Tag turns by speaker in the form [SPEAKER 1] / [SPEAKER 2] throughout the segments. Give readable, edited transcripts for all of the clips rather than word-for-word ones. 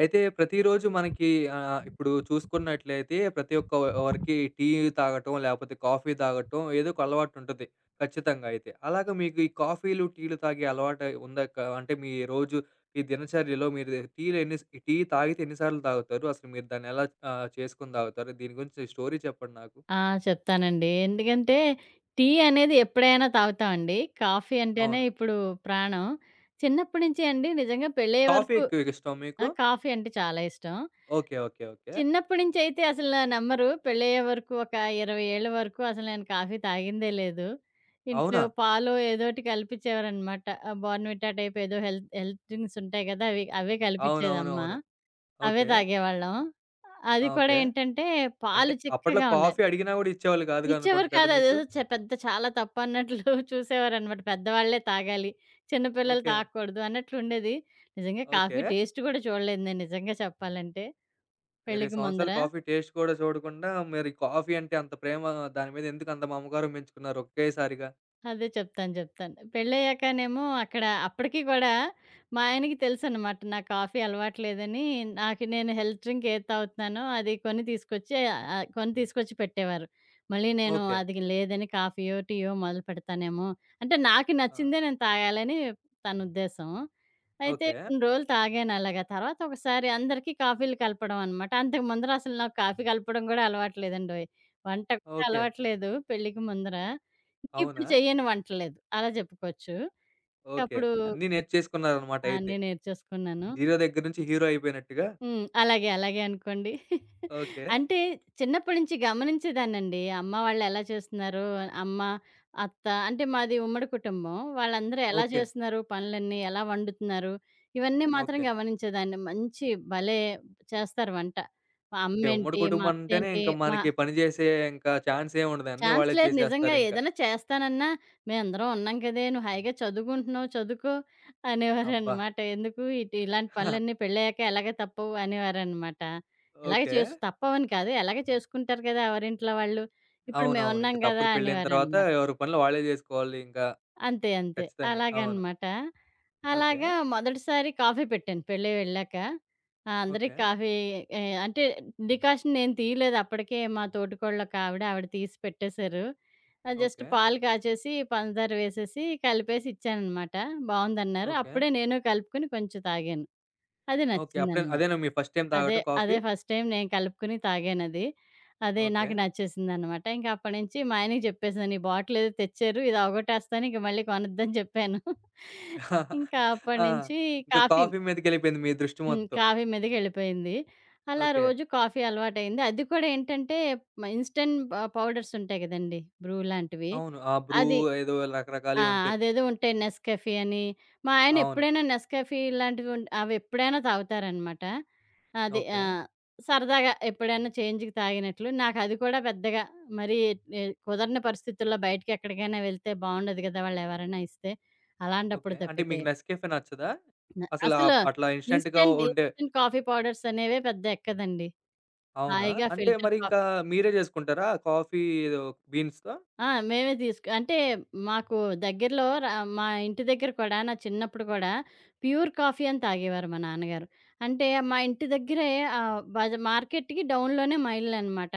[SPEAKER 1] అయితే ప్రతిరోజు మనకి ఇప్పుడు చూసుకున్నట్లయితే ప్రతి ఒక్క వరికి టీ తాగటం, లేపోతే కాఫీ తాగటం ఏదో ఒక అలవాటుంటది ఖచ్చితంగా అయితే. అలాగా మీకు ఈ కాఫీలు, టీలు తాగే అలవాటు ఉందా? అంటే మీ రోజు ఈ దినచర్యలో మీరు టీలు ఎన్ని స్ టీ తాగితే ఎన్ని సార్లు తాగుతారు? అసలు మీరు దాన్ని ఎలా చేసుకొని తాగుతారు? దీని గురించి స్టోరీ చెప్పండి నాకు.
[SPEAKER 2] ఆ! చెప్తానండి. ఎందుకంటే, టీ అనేది ఎప్పుడైనా తాగుతామండి. కాఫీ అంటేనే
[SPEAKER 1] అవును.
[SPEAKER 2] ఇప్పుడు ప్రాణం. చిన్నప్పటి నుంచి అండి నిజంగా పెళ్ళయ్యే
[SPEAKER 1] కాఫీ
[SPEAKER 2] వరకు
[SPEAKER 1] ఎక్కువ ఇష్టమా
[SPEAKER 2] ఆ!
[SPEAKER 1] మీకు?
[SPEAKER 2] కాఫీ అంటే చాలా ఇష్టం.
[SPEAKER 1] ఓకే. ఓకే. ఓకే.
[SPEAKER 2] చిన్నప్పటి నుంచి అయితే అసలు నమ్మరు. పెళ్ళయ్యే వరకు ఒక 20 ఏళ్ల వరకు అసలు నేను కాఫీ తాగిందే లేదు. ఇంట్లో
[SPEAKER 1] అవునా?
[SPEAKER 2] పాలో ఏదోటి కల్పించేవారనమాట. బోర్న్‌విటా టైప్ ఏదో హెల్త్ హెల్త్ డ్రింక్స్ ఉంటాయి కదా! అవి అవే కల్పించేదమ్మ.
[SPEAKER 1] అవునవునవును.
[SPEAKER 2] అవే
[SPEAKER 1] ఓకే.
[SPEAKER 2] తాగేవాళ్ళం.
[SPEAKER 1] ఆ!
[SPEAKER 2] అది కూడా
[SPEAKER 1] ఓకే.
[SPEAKER 2] ఏంటంటే,
[SPEAKER 1] అంటే
[SPEAKER 2] పాలు
[SPEAKER 1] అప్పట్లో
[SPEAKER 2] చిక్కగా
[SPEAKER 1] కాఫీ
[SPEAKER 2] ఉండాలి.
[SPEAKER 1] అడిగినా గూడా ఇచ్చేవాళ్ళు కాదుగా అనుకుంట
[SPEAKER 2] ఇచ్చేవారు
[SPEAKER 1] కదా
[SPEAKER 2] కాదు.
[SPEAKER 1] మీకు?
[SPEAKER 2] అదేదో పెద్ద చాలా తప్పన్నట్లు చూసేవారనమాట. పెద్దవాళ్ళే తాగాలి. చిన్న పిల్లలు
[SPEAKER 1] ఓకే.
[SPEAKER 2] తాగకూడదు అన్నట్లుండేది. నిజంగా
[SPEAKER 1] ఓకే.
[SPEAKER 2] కాఫీ టేస్ట్ గూడా చూడలేదు నేను నిజంగా చెప్పాలంటే
[SPEAKER 1] 20
[SPEAKER 2] పెళ్ళికి ముందర.
[SPEAKER 1] సంవత్సరాలు కాఫీ టేస్ట్ కూడా చూడకుండా మరి కాఫీ అంటే అంత ప్రేమ దాని మీద ఎందుకంత మమకారం పెంచుకున్నారు ఒకేసారిగా?
[SPEAKER 2] అదే చెప్తాను. చెప్తాను. పెళ్ళయ్యాకనేమో అక్కడ అప్పటికి కూడా మా ఆయనకి తెలుసనమాట. నా కాఫీ అలవాటు లేదని, నాకు నేను హెల్త్ డ్రింక్ ఏది తాగుతున్నానో అది కొని తీసుకొచ్చి పెట్టేవారు. మళ్ళీ నేను
[SPEAKER 1] ఓకే.
[SPEAKER 2] అది లేదని కాఫీయో, టీయో మొదలు పెడతానేమో అంటే నాకు
[SPEAKER 1] ఆ!
[SPEAKER 2] నచ్చిందే నేను తాగాలని తన ఉద్దేశం. అయితే
[SPEAKER 1] ఓకే.
[SPEAKER 2] కొన్ని రోజులు తాగాను అలాగా. తర్వాత ఒకసారి అందరికీ కాఫీలు కలపడం అనమాట. అంతకు ముందర అసలు నాకు కాఫీ కలపడం కూడా అలవాటు లేదండోయ్! వంట కూడా
[SPEAKER 1] ఓకే.
[SPEAKER 2] అలవాటు లేదు పెళ్ళికి ముందర. ఇప్పుడు
[SPEAKER 1] అవునా?
[SPEAKER 2] చెయ్యని వంట లేదు. అలా చెప్పుకోవచ్చు.
[SPEAKER 1] ఓకే.
[SPEAKER 2] అప్పుడు
[SPEAKER 1] అన్నీ నేర్చేసుకున్నారనమాట అయితే.
[SPEAKER 2] అన్నీ నేర్చేసుకున్నాను.
[SPEAKER 1] జీరో దగ్గర నుంచి హీరో అయిపోయినట్టుగా.
[SPEAKER 2] హ్మ్. అలాగే అనుకోండి.
[SPEAKER 1] ఓకే.
[SPEAKER 2] అంటే చిన్నప్పటి నుంచి గమనించేదాన్నండి. అమ్మ వాళ్ళెలా చేస్తున్నారో, అమ్మ, అత్త అంటే మాది ఉమ్మడి కుటుంబం. వాళ్ళందరూ ఎలా
[SPEAKER 1] ఓకే.
[SPEAKER 2] చేస్తున్నారు పనులన్నీ, ఎలా వండుతున్నారు, ఇవన్నీ మాత్రం
[SPEAKER 1] ఓకే.
[SPEAKER 2] గమనించేదాన్ని. మంచి భలే చేస్తారు వంట. మా
[SPEAKER 1] ఓకే. ఉమ్మడి
[SPEAKER 2] అమ్మేంటి, మా
[SPEAKER 1] కుటుంబం అంటేనే
[SPEAKER 2] అత్తేంటి,
[SPEAKER 1] ఇంక
[SPEAKER 2] మా
[SPEAKER 1] మనకి పని చేసే ఇంకా ఛాన్సేముండదు. అన్నీ
[SPEAKER 2] ఛాన్స్
[SPEAKER 1] వాళ్ళే
[SPEAKER 2] లేదు నిజంగా.
[SPEAKER 1] చేసేస్తారింక.
[SPEAKER 2] ఏదైనా చేస్తానన్నా, మేమందరం ఉన్నాం కదే! నువ్వు హాయిగా చదువుకుంటున్నావు చదువుకో
[SPEAKER 1] అబ్బా!
[SPEAKER 2] అనేవారనమాట. ఎందుకు ఇటు ఇలాంటి పనులన్నీ పెళ్ళయ్యాక ఎలాగ తప్పవు అనేవారనమాట. ఎలాగ
[SPEAKER 1] ఓకే.
[SPEAKER 2] చేసు తప్పవని కాదు. ఎలాగ చేసుకుంటారు కదా ఎవరింట్లో వాళ్ళు. ఇప్పుడు
[SPEAKER 1] అవునవును. ఇంక
[SPEAKER 2] మేమున్నాం కదా!
[SPEAKER 1] తప్పదు పెళ్ళైన తర్వాత
[SPEAKER 2] అనేవారనమాట.
[SPEAKER 1] ఎవరి పనులు వాళ్ళే జేసుకోవాలి ఇంకా.
[SPEAKER 2] అంతే.
[SPEAKER 1] ఖచ్చితంగా. అవును.
[SPEAKER 2] అలాగనమాట.
[SPEAKER 1] ఓకే.
[SPEAKER 2] అలాగా మొదటిసారి కాఫీ పెట్టాను పెళ్ళై వెళ్ళాక. ఆ!
[SPEAKER 1] ఓకే.
[SPEAKER 2] అందరికి కాఫీ అంటే డికాషన్ నేను తీయలేదు. అప్పటికే మా తోటికోడళ్ళొకావిడ, ఆవిడ ఆవిడ తీసి పెట్టేశారు. Just
[SPEAKER 1] okay.
[SPEAKER 2] పాలు కాచేసి, పంచదార వేసేసి, కలిపేసి ఇచ్చాననమాట. బావుందన్నారు.
[SPEAKER 1] ఓకే.
[SPEAKER 2] అప్పుడే నేను కలుపుకొని కొంచెం తాగాను. అది
[SPEAKER 1] ఓకే. అప్పుడే
[SPEAKER 2] నచ్చిందనమాట.
[SPEAKER 1] అదేనా మీ ఫస్ట్ టైమ్
[SPEAKER 2] అదే,
[SPEAKER 1] తాగటం
[SPEAKER 2] అదే
[SPEAKER 1] కాఫీ?
[SPEAKER 2] ఫస్ట్ టైమ్ నేను కలుపుకొని తాగానది. అదే
[SPEAKER 1] ఓకే.
[SPEAKER 2] నాకు నచ్చేసిందనమాట. ఇంక అప్పటినుంచి మా ఆయనకి చెప్పేసాను, "ఈ బాటిల్ ఏదో తెచ్చారు. ఇది అవగొట్టేస్తాను. ఇంక మళ్ళీ కొనొద్దని" చెప్పాను. ఇంకా
[SPEAKER 1] ఆ!
[SPEAKER 2] అప్పటినుంచి
[SPEAKER 1] ఇంకా
[SPEAKER 2] కాఫీ
[SPEAKER 1] కాఫీ మీదకెళ్ళిపోయింది మీ దృష్టి
[SPEAKER 2] హ్మ్.
[SPEAKER 1] మొత్తం.
[SPEAKER 2] కాఫీ మీదకెళ్ళిపోయింది. అలా
[SPEAKER 1] ఓకే.
[SPEAKER 2] రోజు కాఫీ అలవాటయింది. అది కూడా ఏంటంటే ఇన్‌స్టంట్ పౌడర్స్ ఉంటాయి కదండీ! బ్రూ లాంటివి.
[SPEAKER 1] అవును. ఆ బ్రూ
[SPEAKER 2] అది
[SPEAKER 1] ఏదో
[SPEAKER 2] ఆ!
[SPEAKER 1] రకరకాలయి ఉంటాయి.
[SPEAKER 2] అదేదో ఉంటాయి నెస్‌కెఫే అని. మా ఆయన
[SPEAKER 1] అవును.
[SPEAKER 2] ఎప్పుడైనా నెస్‌కెఫే ఇలాంటివి అవి ఎప్పుడైనా తాగుతారనమాట. అది
[SPEAKER 1] ఓకే.
[SPEAKER 2] సరదాగా ఎప్పుడైనా చేంజ్‌కి తాగినట్లు. నాకది కూడా పెద్దగా మరీ కుదరని పరిస్థితుల్లో బయటకెక్కడికైనా వెళ్తే బావుండదు గదా! వాళ్ళెవరైనా ఇస్తే.
[SPEAKER 1] ఓకే.
[SPEAKER 2] అలాంటప్పుడు
[SPEAKER 1] అంటే
[SPEAKER 2] తప్పితే.
[SPEAKER 1] మీకు నెస్‌కెఫే నచ్చదా?
[SPEAKER 2] న
[SPEAKER 1] అసలు
[SPEAKER 2] అసలు
[SPEAKER 1] అట్లా ఇన్‌స్టంట్‌గా
[SPEAKER 2] ఇన్‌స్టంట్,
[SPEAKER 1] ఉండే
[SPEAKER 2] ఇన్‌స్టంట్ కాఫీ పౌడర్స్ అనేవే పెద్ద ఎక్కదండి.
[SPEAKER 1] అవునా?
[SPEAKER 2] హాయిగా
[SPEAKER 1] అంటే
[SPEAKER 2] ఫిల్టర్
[SPEAKER 1] మరి ఇంకా
[SPEAKER 2] కాఫీ.
[SPEAKER 1] మీరే జేసుకుంటారా? కాఫీ ఏదో బీన్స్‌తో?
[SPEAKER 2] ఆ! మేమే తీసుకు అంటే మాకు దగ్గరలో మా ఇంటి దగ్గర కూడా నా చిన్నప్పుడు కూడా ప్యూర్ కాఫీ అని తాగేవారు మా నాన్నగారు. అంటే మా ఇంటి దగ్గరే ఆహ్, బజ మార్కెట్‌కి డౌన్‌లోనే మైళ్ళనమాట.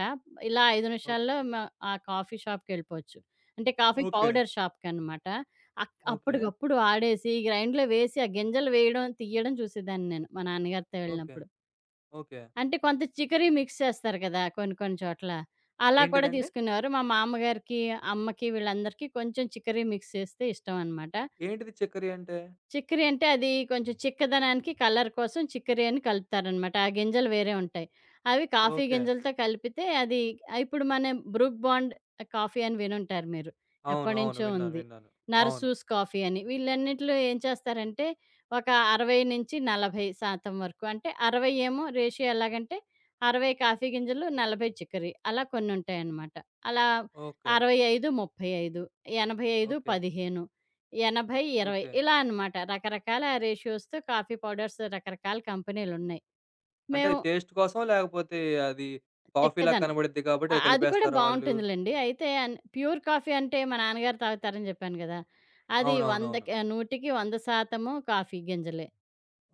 [SPEAKER 2] ఇలా 5
[SPEAKER 1] ఓ
[SPEAKER 2] నిమిషాల్లో ఆ కాఫీ షాప్‌కెళ్ళిపోవచ్చు. అంటే కాఫీ
[SPEAKER 1] ఓకే.
[SPEAKER 2] పౌడర్ షాప్‌కనమాట.
[SPEAKER 1] ఓకే.
[SPEAKER 2] అప్పటికప్పుడు ఆడేసి గ్రైండ్‌లో వేసి ఆ గింజలు వేయడం, తీయడం చూసేదాన్ని నేను మా నాన్నగారితో
[SPEAKER 1] ఓకే.
[SPEAKER 2] వెళ్ళినప్పుడు.
[SPEAKER 1] ఓకే.
[SPEAKER 2] అంటే కొంత చికరీ మిక్స్ చేస్తారు కదా! కొన్ని కొన్ని చోట్ల. అలా కూడా
[SPEAKER 1] ఏంటిదండి?
[SPEAKER 2] తీసుకునేవారు. మా మామగారికి, అమ్మకి వీళ్ళందరికీ కొంచెం చికరీ మిక్స్ చేస్తే ఇష్టమనమాట.
[SPEAKER 1] ఏంటిది చక్కెరి అంటే?
[SPEAKER 2] చిక్కరి అంటే అది కొంచెం చిక్కదనానికి కలర్ కోసం చిక్కరి అని కలుపుతారనమాట. ఆ గింజలు వేరే ఉంటాయి. అవి కాఫీ
[SPEAKER 1] ఓకే.
[SPEAKER 2] గింజలతో కలిపితే అది ఆ, ఇప్పుడు మన బ్రూక్ బాండ్ కాఫీ అని వినుంటారు మీరు.
[SPEAKER 1] అవును. అవును.
[SPEAKER 2] ఎప్పటినుంచో
[SPEAKER 1] విన్నాను.
[SPEAKER 2] ఉంది.
[SPEAKER 1] విన్నాను. అవును.
[SPEAKER 2] నరసూస్ కాఫీ అని. వీళ్ళన్నిట్లో ఏం చేస్తారంటే ఒక 60-40% వరకు అంటే 60 ఏమో రేషియో ఎలాగంటే 60 కాఫీ గింజలు, 40 చిక్కరి అలా కొన్నుంటాయనమాట. అలా
[SPEAKER 1] ఓకే.
[SPEAKER 2] 65, 35, 85,
[SPEAKER 1] ఓకే.
[SPEAKER 2] 15 80, 20
[SPEAKER 1] ఓకే.
[SPEAKER 2] ఇలా అనమాట. రకరకాల రేషియోస్‌తో కాఫీ పౌడర్స్ రకరకాల కంపెనీలున్నాయి.
[SPEAKER 1] అంటే
[SPEAKER 2] మేము
[SPEAKER 1] టేస్ట్ కోసం లేకపోతే అది కాఫీలా
[SPEAKER 2] చెక్కదనం.
[SPEAKER 1] కనబడిద్ది కాబట్టి అది
[SPEAKER 2] అది కూడా
[SPEAKER 1] కలిపేస్తారా వాళ్ళు?
[SPEAKER 2] బావుంటుందిలెండి. అయితే ప్యూర్ కాఫీ అంటే మా నాన్నగారు తాగుతారని జెప్పాను గదా! అది
[SPEAKER 1] అవునవునవును.
[SPEAKER 2] 100కి 100% కాఫీ గింజలే.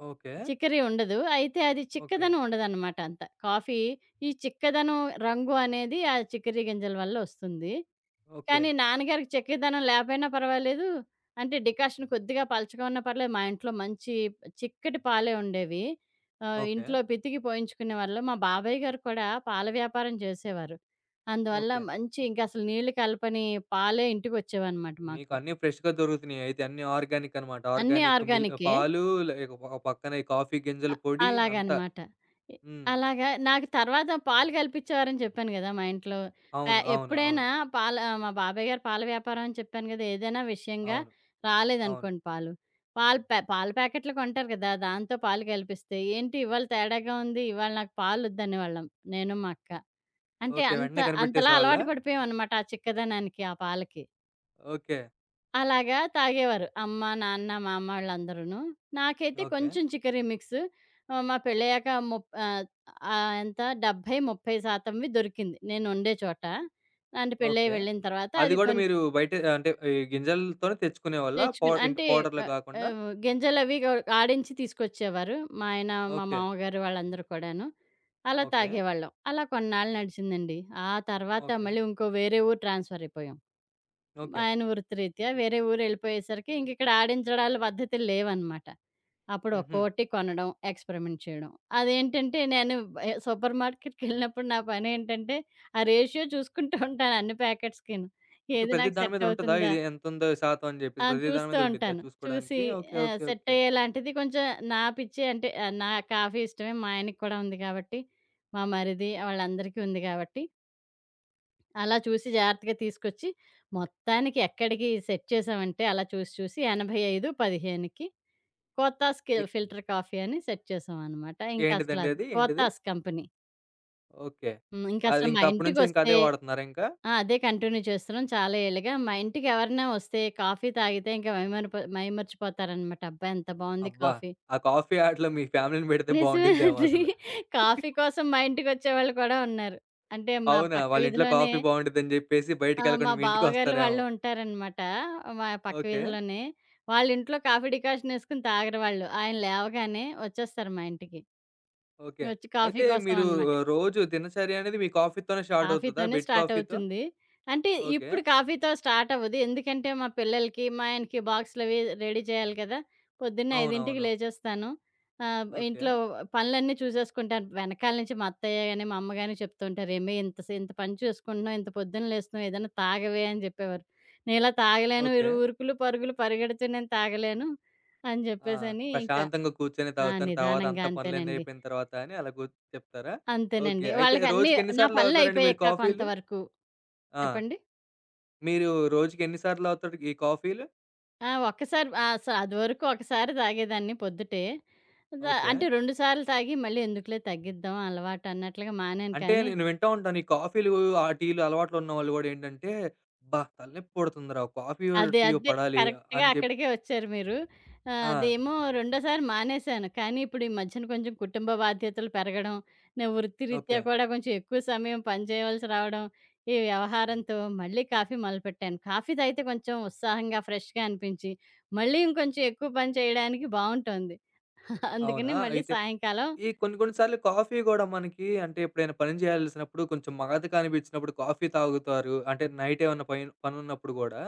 [SPEAKER 1] ఓకే.
[SPEAKER 2] చిక్కరి ఉండదు. అయితే అది
[SPEAKER 1] ఓకే.
[SPEAKER 2] చిక్కదనం ఉండదనమాట అంత. ఈ చిక్కదనం రంగు అనేది ఆ చిక్కరి గింజల వల్ల ఒస్తుంది.
[SPEAKER 1] ఓకే.
[SPEAKER 2] కానీ నాన్నగారికి చెక్కదనం లేపోయినా పర్వాలేదు. అంటే డికాషన్ కొద్దిగా పలచగా ఉన్నా పర్లేదు. మా ఇంట్లో మంచి చిక్కటి పాలే ఉండేవి.
[SPEAKER 1] ఓకే.
[SPEAKER 2] ఇంట్లో పితికి పోయించుకునేవాళ్ళం. మా బాబాయ్య గారు కూడా పాల వ్యాపారం చేసేవారు. అందువల్ల
[SPEAKER 1] ఓకే.
[SPEAKER 2] మంచి ఇంకసలు నీళ్లు కలపని పాలే ఇంటికొచ్చేవన్నమాట
[SPEAKER 1] మీకు
[SPEAKER 2] మాకు.
[SPEAKER 1] అన్నీ ఫ్రెష్‌గా దొరుకుతున్నాయి. అయితే అన్నీ ఆర్గానిక్ అనమాట.
[SPEAKER 2] అన్నీ
[SPEAKER 1] ఆర్గానిక్
[SPEAKER 2] ఆర్గానికే.
[SPEAKER 1] పాలు లేక ఒక పక్కన ఈ కాఫీ గింజల పొడి అంతా.
[SPEAKER 2] అలాగనమాట. ఎ
[SPEAKER 1] హ్మ్.
[SPEAKER 2] అలాగా నాకు తర్వాత పాలు కల్పించేవారని చెప్పాను గదా! మా ఇంట్లో. ప
[SPEAKER 1] అవును. అవును.
[SPEAKER 2] ఎప్పుడైనా
[SPEAKER 1] అవును.
[SPEAKER 2] మా బాబాయ్ గారు పాల వ్యాపారం అని చెప్పాను గదా! ఏదైనా విషయంగా
[SPEAKER 1] అవును. అవును.
[SPEAKER 2] రాలేదనుకోండి పాలు. పాలు ప్యా పాల ప్యాకెట్లు కొంటారు గదా! దాంతో పాలు కల్పిస్తే, "ఏంటి ఇవాళ తేడాగా ఉంది. ఇవాళ నాకు పాలొద్దనేవాళ్ళం నేను, మా అక్క. అంటే
[SPEAKER 1] ఓకే.
[SPEAKER 2] అంత
[SPEAKER 1] వెంటనే
[SPEAKER 2] అంతలా
[SPEAKER 1] కనిపెట్టేసేవాళ్ళా?
[SPEAKER 2] అలవాటు పడిపోయామనమాట ఆ చిక్కదనానికి, ఆ పాలకి.
[SPEAKER 1] ఓకే.
[SPEAKER 2] అలాగా తాగేవారు. అమ్మ, నాన్న, మా అమ్మ వాళ్ళందరూను. నాకైతే
[SPEAKER 1] ఓకే.
[SPEAKER 2] కొంచెం చిక్కరీ మిక్స్ మా పెళ్ళయ్యాక ముప్ ఆహ్, ఆహ్, ఎంత 70, 30% దొరికింది నేనుండే చోట. అంటే పెళ్ళై
[SPEAKER 1] ఓకే.
[SPEAKER 2] వెళ్ళిన తర్వాత
[SPEAKER 1] అది
[SPEAKER 2] అది
[SPEAKER 1] గూడా
[SPEAKER 2] కొన్ని
[SPEAKER 1] మీరు బయటే అంటే ఈ గింజలతోనే తెచ్చుకునేవాళ్ళా? పౌ
[SPEAKER 2] తెచ్చుకుని
[SPEAKER 1] ఏంటి
[SPEAKER 2] అంటే
[SPEAKER 1] పౌడర్‌లా
[SPEAKER 2] ఆహ్,
[SPEAKER 1] గాకుండా?
[SPEAKER 2] ఆహ్, గింజలవి ఆడించి తీసుకొచ్చేవారు. మా ఆయన, మా
[SPEAKER 1] ఓకే.
[SPEAKER 2] మామగారు వాళ్ళందరూ కూడాను. అలా
[SPEAKER 1] ఓకే.
[SPEAKER 2] తాగేవాళ్ళం. అలా కొన్నాళ్ళు నడిచిందండి. ఆ తర్వాత
[SPEAKER 1] ఓకే.
[SPEAKER 2] మళ్ళీ ఇంకో వేరే ఊరు ట్రాన్స్‌ఫర్ అయిపోయాం.
[SPEAKER 1] ఓకే.
[SPEAKER 2] ఆయన వృత్తిరీత్యా వేరే ఊరెళ్ళిపోయేసరికి ఇంకిక్కడ ఆడించడాల పద్ధతులు లేవనమాట. అప్పుడు
[SPEAKER 1] హుహు.
[SPEAKER 2] ఒక్కోటి కొనడం, ఎక్స్‌పెరిమెంట్ చేయడం. అదేంటంటే నేను సూపర్ మార్కెట్‌కెళ్ళినప్పుడు నా పనేంటంటే, ఆ రేషియో చూసుకుంటూ ఉంటాను అన్ని ప్యాకెట్స్‌కిను.
[SPEAKER 1] ఓకే.
[SPEAKER 2] ఏది
[SPEAKER 1] ప్రతి
[SPEAKER 2] నాకు
[SPEAKER 1] దాని
[SPEAKER 2] సెట్
[SPEAKER 1] మీద ఉంటదా?
[SPEAKER 2] అవుతుందా?
[SPEAKER 1] ఇది ఎంతుందో శాతం అని
[SPEAKER 2] ఆ!
[SPEAKER 1] జెప్పేసి ప్రతి దాని
[SPEAKER 2] చూస్తూ
[SPEAKER 1] మీద ఉండిద్దా
[SPEAKER 2] ఉంటాను. చూసి
[SPEAKER 1] చూసుకోడానికి? ఓకే. ఓకే.
[SPEAKER 2] Set
[SPEAKER 1] okay.
[SPEAKER 2] అయ్యేలాంటిది కొంచెం నా పిచ్చి అంటే నా కాఫీ ఇష్టమే. మా ఆయనకి కూడా ఉంది కాబట్టి, మా మరిది వాళ్ళందరికీ ఉంది కాబట్టి అలా చూసి జాగ్రత్తగా తీసుకొచ్చి, మొత్తానికి ఎక్కడికి సెట్ చేశామంటే, అలా చూసి, 85, 15కి 'కోతాస్‌కి' ఫిల్టర్ కాఫీ అని సెట్ చేశామనమాట.
[SPEAKER 1] ఏంటిదండి అది? ఏంటిది?
[SPEAKER 2] 'కోతాస్' కంపెనీ.
[SPEAKER 1] ఓకే.
[SPEAKER 2] హ్మ్.
[SPEAKER 1] అది
[SPEAKER 2] ఇంకసలు మా
[SPEAKER 1] ఇంకా అప్పటి నుంచి ఇంకా
[SPEAKER 2] ఇంటికొస్తే
[SPEAKER 1] అదే వాడుతున్నారా ఇంకా?
[SPEAKER 2] ఆ! అదే కంటిన్యూ చేస్తున్నాం చాలా ఏళ్లుగా. మా ఇంటికి ఎవరైనా వస్తే కాఫీ తాగితే ఇంకా మైమర్చిపోతారనమాట. అబ్బా! ఎంత బావుంది
[SPEAKER 1] అబ్బా!
[SPEAKER 2] కాఫీ.
[SPEAKER 1] ఆ కాఫీ ఆటలో మీ ఫ్యామిలీ‌ని బెడితే బావుండిద్దేమో
[SPEAKER 2] నిజమేనండి.
[SPEAKER 1] అసలు.
[SPEAKER 2] కాఫీ కోసం మా ఇంటికొచ్చేవాళ్ళు కూడా ఉన్నారు. అంటే మా
[SPEAKER 1] అవునా?
[SPEAKER 2] పక్క
[SPEAKER 1] వాళ్ళ ఇంట్లో
[SPEAKER 2] వీధిలోనే
[SPEAKER 1] కాఫీ బావుండిద్దని జెప్పేసి
[SPEAKER 2] ఆ! మా
[SPEAKER 1] బయటికెళ్ళకుండా మీ ఇంటికే
[SPEAKER 2] బావగార్లు
[SPEAKER 1] వస్తారేమో.
[SPEAKER 2] వాళ్ళు ఉంటారనమాట. మా పక్క
[SPEAKER 1] ఓకే.
[SPEAKER 2] వీధిలోనే. వాళ్ళింట్లో కాఫీ డికాషన్ యేసుకొని తాగరు వాళ్ళు. ఆయన లేవగానే వచ్చేస్తారు మా ఇంటికి.
[SPEAKER 1] ఓకే.
[SPEAKER 2] వచ్చి కాఫీ
[SPEAKER 1] అయితే
[SPEAKER 2] కోసం
[SPEAKER 1] మీరు
[SPEAKER 2] అనమాట.
[SPEAKER 1] రోజు దినచర్య అనేది మీ కాఫీ‌తోనే స్టార్ట్ అవుతదా?
[SPEAKER 2] కాఫీతోనే
[SPEAKER 1] బెడ్ కాఫీ‌తో?
[SPEAKER 2] స్టార్టవుతుంది. అంటే
[SPEAKER 1] ఓకే.
[SPEAKER 2] ఇప్పుడు కాఫీతో స్టార్టవ్వదు. ఎందుకంటే మా పిల్లలకి, మా ఆయనకి బాక్సులవి రెడీ చేయాలి కదా! పొద్దున్నే 5కి
[SPEAKER 1] అవునవును.
[SPEAKER 2] లేచేస్తాను.
[SPEAKER 1] ఓకే.
[SPEAKER 2] ఇంట్లో పనులన్నీ చూసేసుకుంటాను. వెనకాల నుంచి మా అత్తయ్య గాని, మా అమ్మ గాని చెప్తూ ఉంటారు. "ఏమి ఇంత పని చేసుకుంటున్నావు, ఇంత పొద్దున లేస్తున్నావు ఏదైనా తాగవే" అని చెప్పేవారు. "నేనిలా తాగలేను.
[SPEAKER 1] ఓకే.
[SPEAKER 2] ఉరుకులు, పరుగులు పరిగెడుతూ నేను తాగలేను" అని
[SPEAKER 1] ఆ!
[SPEAKER 2] చెప్పేసని ఇంకా
[SPEAKER 1] ప్రశాంతంగా కూర్చొని
[SPEAKER 2] ఆ!
[SPEAKER 1] తాగుతాను. తర్వాత
[SPEAKER 2] నిదానంగా
[SPEAKER 1] అంతా పనులన్నీ
[SPEAKER 2] అంతేనండి.
[SPEAKER 1] అయిపోయిన తర్వాత అని అలా చెప్తారా? ఓకే.
[SPEAKER 2] అంతేనండి.
[SPEAKER 1] అయితే
[SPEAKER 2] వాళ్ళకన్నీ
[SPEAKER 1] రోజుకి ఎన్ని
[SPEAKER 2] నా
[SPEAKER 1] సార్లు తాగుతారండి మీరు
[SPEAKER 2] పనులయిపోయాక
[SPEAKER 1] కాఫీలు?
[SPEAKER 2] కొంతవరకు
[SPEAKER 1] ఆ!
[SPEAKER 2] చెప్పండి?
[SPEAKER 1] మీరు రోజుకి ఎన్ని సార్లు తాగుతారు ఈ కాఫీలు?
[SPEAKER 2] ఆ! ఒక్కసారి ఆ! స అదివరకు ఒకసారి తాగేదాన్ని పొద్దుటే.
[SPEAKER 1] ఓకే.
[SPEAKER 2] అంటే 2 సార్లు తాగి మళ్ళీ ఎందుకులే తగ్గిద్దాం అలవాటు అన్నట్లుగా మానాను
[SPEAKER 1] అంటే
[SPEAKER 2] కానీ,
[SPEAKER 1] నేను వింటా ఉంటాను. ఈ కాఫీలు, ఆ టీలు అలవాట్లు ఉన్నవాళ్ళు గూడా ఏంటంటే, "అబ్బా! తలనొప్పి పుడుతుందిరా! కాఫీయో,
[SPEAKER 2] అదే
[SPEAKER 1] టీయో
[SPEAKER 2] అదే
[SPEAKER 1] పడాలి"
[SPEAKER 2] కరెక్ట్‌గా
[SPEAKER 1] అని జెప్
[SPEAKER 2] అక్కడికే వచ్చారు మీరు.
[SPEAKER 1] ఆ!
[SPEAKER 2] అదేమో రెండోసారి మానేశాను. కానీ ఇప్పుడు ఈ మధ్యన కొంచెం కుటుంబ బాధ్యతలు పెరగడం, నా
[SPEAKER 1] ఓకే.
[SPEAKER 2] వృత్తిరీత్యా కూడా కొంచెం ఎక్కువ సమయం పని చేయవలసి రావడం, ఈ వ్యవహారంతో మళ్ళీ కాఫీ మొదలుపెట్టాను. కాఫీ తాగితే కొంచెం ఉత్సాహంగా ఫ్రెష్‌గా అనిపించి, మళ్ళీ ఇంకొంచెం ఎక్కువ పని చేయడానికి బావుంటోంది.
[SPEAKER 1] అవునా?
[SPEAKER 2] అందుకని మళ్ళీ
[SPEAKER 1] అయితే
[SPEAKER 2] సాయంకాలం
[SPEAKER 1] ఈ కొన్ని కొన్ని సార్లు కాఫీ గూడా మనకి అంటే ఎప్పుడైనా పని చేయాల్సినప్పుడు కొంచెం మగతగా అనిపించినప్పుడు కాఫీ తాగుతారు. అంటే నైట్ ఏమన్నా పైన్ పనున్నప్పుడు గూడా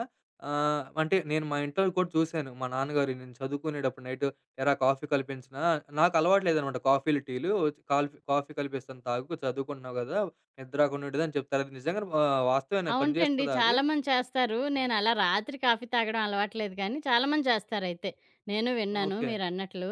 [SPEAKER 1] అంటే నేను మా ఇంట్లో కూడా చూసాను. మా నాన్నగారు నేను చదువుకునేటప్పుడు నైట్ "ఏరా కాఫీ కల్పించనా?" నాకు అలవాటు లేదనమాట కాఫీలు, టీలు. కాఫీ కలిపిస్తాను తాగు చదువుకుంటున్నావు గదా! నిద్ర రాకుండా ఉంటది అని చెప్తారు. అది నిజంగానే వాస్తవేనా పని
[SPEAKER 2] అవుంటండి.
[SPEAKER 1] చేస్తదా అది?
[SPEAKER 2] చాలామంది చేస్తారు. నేనలా రాత్రి కాఫీ తాగడం అలవాట్లేదు గానీ, చాలామంది చేస్తారయితే. నేను విన్నాను
[SPEAKER 1] ఓకే.
[SPEAKER 2] మీరన్నట్లు.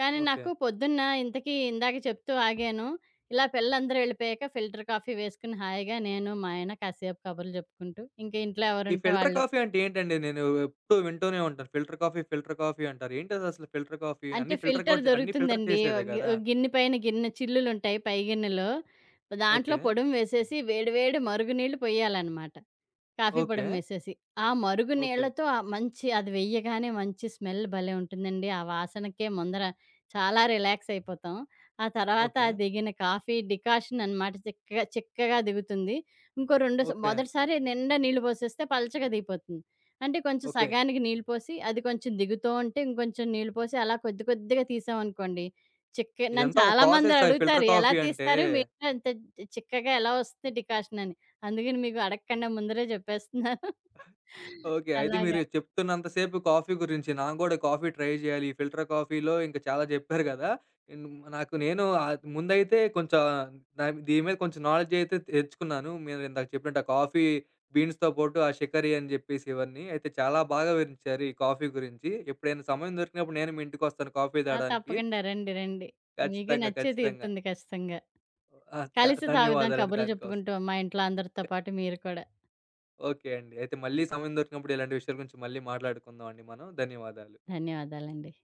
[SPEAKER 2] కానీ
[SPEAKER 1] ఓకే.
[SPEAKER 2] నాకు పొద్దున్న ఇంతకీ ఇందాక చెప్తూ ఆగాను. ఇలా పిల్లలందరూ వెళ్ళిపోయాక ఫిల్టర్ కాఫీ వేసుకుని హాయిగా నేను, మా ఆయన కాసేపు కబుర్లు చెప్పుకుంటూ, ఇంక ఇంట్లో
[SPEAKER 1] ఈ
[SPEAKER 2] ఎవరుంటే
[SPEAKER 1] ఫిల్టర్
[SPEAKER 2] వాళ్ళు
[SPEAKER 1] కాఫీ అంటే ఏంటండి? నేను ఎప్పుడూ వింటూనే ఉంటాను. ఫిల్టర్ కాఫీ, ఫిల్టర్ కాఫీ అంటారు. ఏంటదసలు ఫిల్టర్ కాఫీ?
[SPEAKER 2] అంటే ఫిల్టర్
[SPEAKER 1] అన్నీ ఫిల్టర్
[SPEAKER 2] దొరుకుతుందండి.
[SPEAKER 1] చేసేదే గదా!
[SPEAKER 2] ఓ గిన్నె పైన గిన్నె చిల్లులుంటాయి పై గిన్నెలో. దాంట్లో
[SPEAKER 1] ఓకే.
[SPEAKER 2] పొడుం వేసేసి వేడి వేడి మరుగునీళ్ళు పొయ్యాలనమాట. కాఫీ పొడి
[SPEAKER 1] ఓకే.
[SPEAKER 2] వేసేసి. ఆ మరుగు
[SPEAKER 1] ఓకే.
[SPEAKER 2] నీళ్ళతో ఆ మంచి అది వెయ్యగానే మంచి స్మెల్ భలే ఉంటుందండి. ఆ వాసనకే ముందర చాలా రిలాక్స్ అయిపోతాం. ఆ తర్వాత
[SPEAKER 1] ఓకే.
[SPEAKER 2] ఆ దిగిన కాఫీ డికాషన్ అనమాట చిక్కగా చిక్కగా దిగుతుంది. ఇంకో 2
[SPEAKER 1] ఓకే.
[SPEAKER 2] మొదటిసారి నిండా నీళ్ళు పోసేస్తే పలచగా దిగిపోతుంది. అంటే కొంచెం
[SPEAKER 1] ఓకే.
[SPEAKER 2] సగానికి నీళ్ళు పోసి, అది కొంచెం దిగుతూ ఉంటే ఇంకొంచెం నీళ్ళు పోసి అలా కొద్ది కొద్దిగా తీసామనుకోండి, నన్ను
[SPEAKER 1] ఇదంతా ఒక
[SPEAKER 2] చాలామంది
[SPEAKER 1] ప్రాసెస్సా ఈ ఫిల్టర్
[SPEAKER 2] అడుగుతారు. ఎలా
[SPEAKER 1] కాఫీ అంటే?
[SPEAKER 2] తీస్తారు మీరు? అంత చిక్కగా ఎలా వస్తుంది డికాషన్ అని. అందుకని మీకు అడగకుండా ముందరే చెప్పేస్తున్నాను.
[SPEAKER 1] ఓకే. అయితే మీరు
[SPEAKER 2] అలాగా.
[SPEAKER 1] చెప్తున్నంత సేపు కాఫీ గురించి నాకు గూడా కాఫీ ట్రై జేయాలి. ఈ ఫిల్టర్ కాఫీలో ఇంక చాలా జెప్పారు గదా! ఇన్ నాకు నేను ముందైతే కొంచెం దీని మీద కొంచెం నాలెడ్జ్ అయితే తెచ్చుకున్నాను. మీరు ఇందాక చెప్పినట్టు ఆ కాఫీ బీన్స్‌తో పాటు ఆ షికారి అని జెప్పేసి ఇవన్నీ. అయితే చాలా బాగా వివరించారు ఈ కాఫీ గురించి. ఎప్పుడైనా సమయం దొరికినప్పుడు నేను మీ ఇంటికొస్తాను కాఫీ
[SPEAKER 2] ఆ!
[SPEAKER 1] తాగడానికి.
[SPEAKER 2] తప్పకుండా రండి. రండి. మీకు
[SPEAKER 1] ఖచ్చితంగా.
[SPEAKER 2] నచ్చే
[SPEAKER 1] ఖచ్చితంగా.
[SPEAKER 2] తీరుతుంది ఖచ్చితంగా.
[SPEAKER 1] ఆ! చ
[SPEAKER 2] కలిసి తాగుదాం
[SPEAKER 1] ధన్యవాదాలండి
[SPEAKER 2] కబుర్లు
[SPEAKER 1] దానికోసం.
[SPEAKER 2] చెప్పుకుంటూ మా ఇంట్లో అందరితో పాటు మీరు కూడా.
[SPEAKER 1] ఓకే అండి. అయితే మళ్ళీ సమయం దొరికినప్పుడు ఇలాంటి విషయాల గురించి మళ్ళీ మాట్లాడుకుందాం అండి మనం. ధన్యవాదాలు.
[SPEAKER 2] ధన్యవాదాలండి.